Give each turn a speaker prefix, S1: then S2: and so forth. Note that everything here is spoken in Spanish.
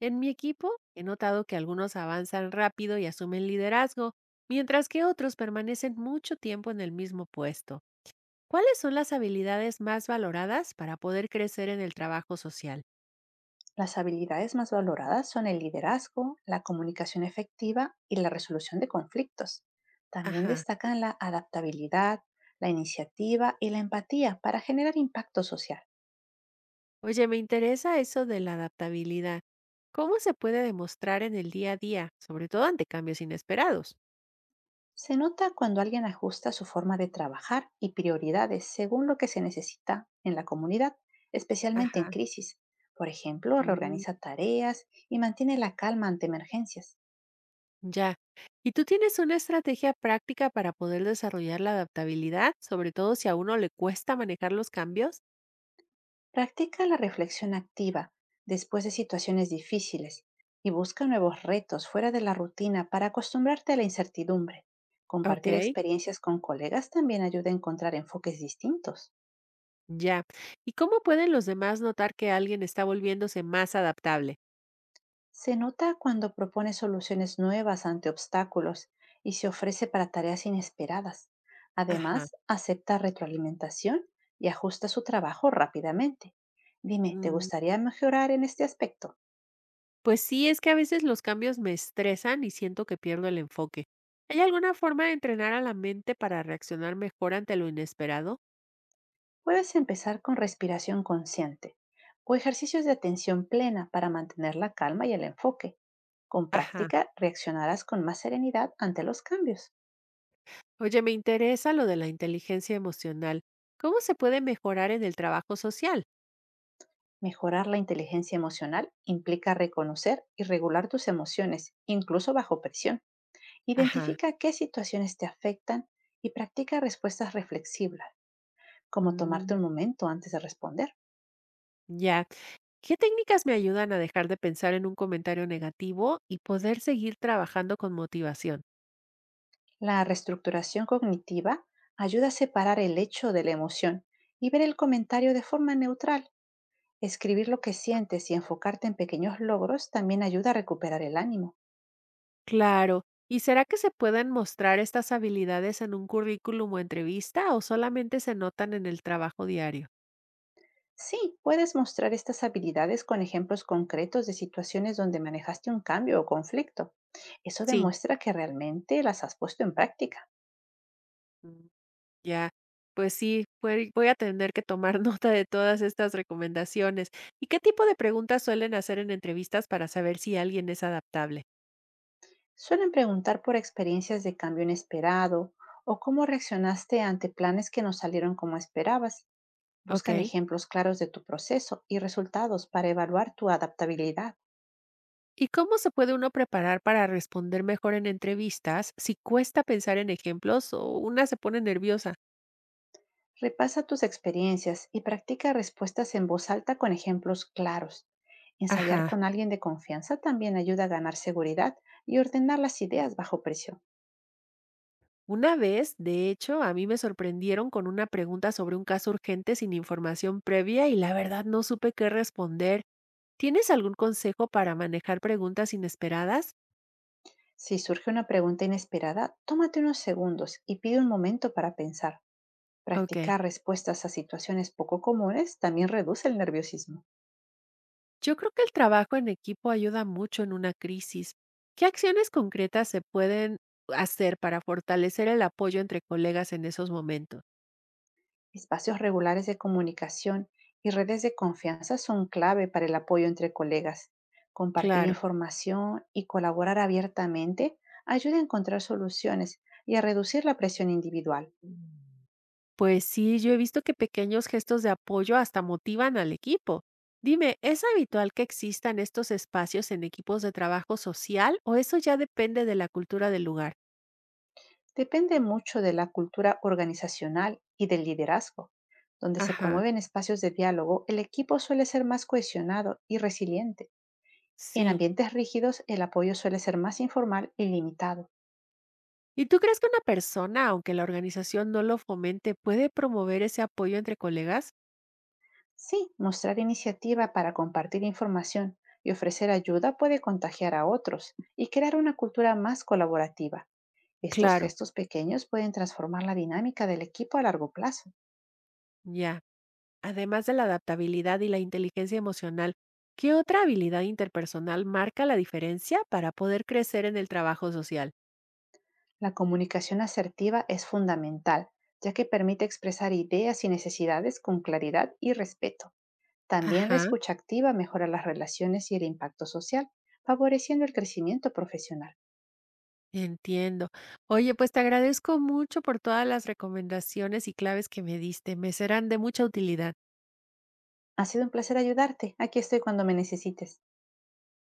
S1: En mi equipo he notado que algunos avanzan rápido y asumen liderazgo, mientras que otros permanecen mucho tiempo en el mismo puesto. ¿Cuáles son las habilidades más valoradas para poder crecer en el trabajo social?
S2: Las habilidades más valoradas son el liderazgo, la comunicación efectiva y la resolución de conflictos. También
S1: Ajá.
S2: destacan la adaptabilidad, la iniciativa y la empatía para generar impacto social.
S1: Oye, me interesa eso de la adaptabilidad. ¿Cómo se puede demostrar en el día a día, sobre todo ante cambios inesperados?
S2: Se nota cuando alguien ajusta su forma de trabajar y prioridades según lo que se necesita en la comunidad, especialmente en
S1: Ajá.
S2: crisis. Por ejemplo,
S1: Mm,
S2: reorganiza tareas y mantiene la calma ante emergencias.
S1: ya. ¿Y tú tienes una estrategia práctica para poder desarrollar la adaptabilidad, sobre todo si a uno le cuesta manejar los cambios?
S2: Practica la reflexión activa después de situaciones difíciles y busca nuevos retos fuera de la rutina para acostumbrarte a la incertidumbre. Compartir
S1: Okey,
S2: experiencias con colegas también ayuda a encontrar enfoques distintos.
S1: ya. ¿Y cómo pueden los demás notar que alguien está volviéndose más adaptable?
S2: Se nota cuando propone soluciones nuevas ante obstáculos y se ofrece para tareas inesperadas.
S1: Ajá.
S2: Además, acepta retroalimentación y ajusta su trabajo rápidamente. Dime, ¿te
S1: Mm,
S2: gustaría mejorar en este aspecto?
S1: pues sí, es que a veces los cambios me estresan y siento que pierdo el enfoque. ¿Hay alguna forma de entrenar a la mente para reaccionar mejor ante lo inesperado?
S2: Puedes empezar con respiración consciente o ejercicios de atención plena para mantener la calma y el enfoque. Con
S1: Ajá.
S2: práctica, reaccionarás con más serenidad ante los cambios.
S1: Oye, me interesa lo de la inteligencia emocional. ¿Cómo se puede mejorar en el trabajo social?
S2: Mejorar la inteligencia emocional implica reconocer y regular tus emociones, incluso bajo presión.
S1: Ajá.
S2: Identifica qué situaciones te afectan y practica respuestas reflexivas, como tomarte
S1: Mm,
S2: un momento antes de responder.
S1: ya. ¿Qué técnicas me ayudan a dejar de pensar en un comentario negativo y poder seguir trabajando con motivación?
S2: La reestructuración cognitiva ayuda a separar el hecho de la emoción y ver el comentario de forma neutral. Escribir lo que sientes y enfocarte en pequeños logros también ayuda a recuperar el ánimo.
S1: Claro. ¿Y será que se pueden mostrar estas habilidades en un currículum o entrevista o solamente se notan en el trabajo diario?
S2: Sí, puedes mostrar estas habilidades con ejemplos concretos de situaciones donde manejaste un cambio o conflicto. Eso
S1: Sí.
S2: demuestra que realmente las has puesto en práctica.
S1: Mm. Ya, pues sí, voy a tener que tomar nota de todas estas recomendaciones. ¿Y qué tipo de preguntas suelen hacer en entrevistas para saber si alguien es adaptable?
S2: Suelen preguntar por experiencias de cambio inesperado o cómo reaccionaste ante planes que no salieron como esperabas.
S1: Ok.
S2: Buscan ejemplos claros de tu proceso y resultados para evaluar tu adaptabilidad.
S1: ¿Y cómo se puede uno preparar para responder mejor en entrevistas si cuesta pensar en ejemplos o una se pone nerviosa?
S2: Repasa tus experiencias y practica respuestas en voz alta con ejemplos claros. Ensayar
S1: Ajá.
S2: con alguien de confianza también ayuda a ganar seguridad y ordenar las ideas bajo presión.
S1: Una vez, de hecho, a mí me sorprendieron con una pregunta sobre un caso urgente sin información previa y la verdad no supe qué responder. ¿Tienes algún consejo para manejar preguntas inesperadas?
S2: Si surge una pregunta inesperada, tómate unos segundos y pide un momento para pensar.
S1: Ok.
S2: Practicar respuestas a situaciones poco comunes también reduce el nerviosismo.
S1: Yo creo que el trabajo en equipo ayuda mucho en una crisis. ¿Qué acciones concretas se pueden hacer para fortalecer el apoyo entre colegas en esos momentos?
S2: Espacios regulares de comunicación y redes de confianza son clave para el apoyo entre colegas. Compartir
S1: Claro.
S2: información y colaborar abiertamente ayuda a encontrar soluciones y a reducir la presión individual.
S1: Pues sí, yo he visto que pequeños gestos de apoyo hasta motivan al equipo. Dime, ¿es habitual que existan estos espacios en equipos de trabajo social o eso ya depende de la cultura del lugar?
S2: Depende mucho de la cultura organizacional y del liderazgo. Donde se
S1: Ajá,
S2: promueven espacios de diálogo, el equipo suele ser más cohesionado y resiliente. En
S1: sí.
S2: ambientes rígidos, el apoyo suele ser más informal y limitado.
S1: ¿Y tú crees que una persona, aunque la organización no lo fomente, puede promover ese apoyo entre colegas?
S2: Sí, mostrar iniciativa para compartir información y ofrecer ayuda puede contagiar a otros y crear una cultura más colaborativa. Estos
S1: Claro,
S2: gestos pequeños pueden transformar la dinámica del equipo a largo plazo.
S1: ya. Además de la adaptabilidad y la inteligencia emocional, ¿qué otra habilidad interpersonal marca la diferencia para poder crecer en el trabajo social?
S2: La comunicación asertiva es fundamental, ya que permite expresar ideas y necesidades con claridad y respeto. También la
S1: Ajá.
S2: escucha activa mejora las relaciones y el impacto social, favoreciendo el crecimiento profesional.
S1: Entiendo. Oye, pues te agradezco mucho por todas las recomendaciones y claves que me diste. Me serán de mucha utilidad.
S2: Ha sido un placer ayudarte. Aquí estoy cuando me necesites.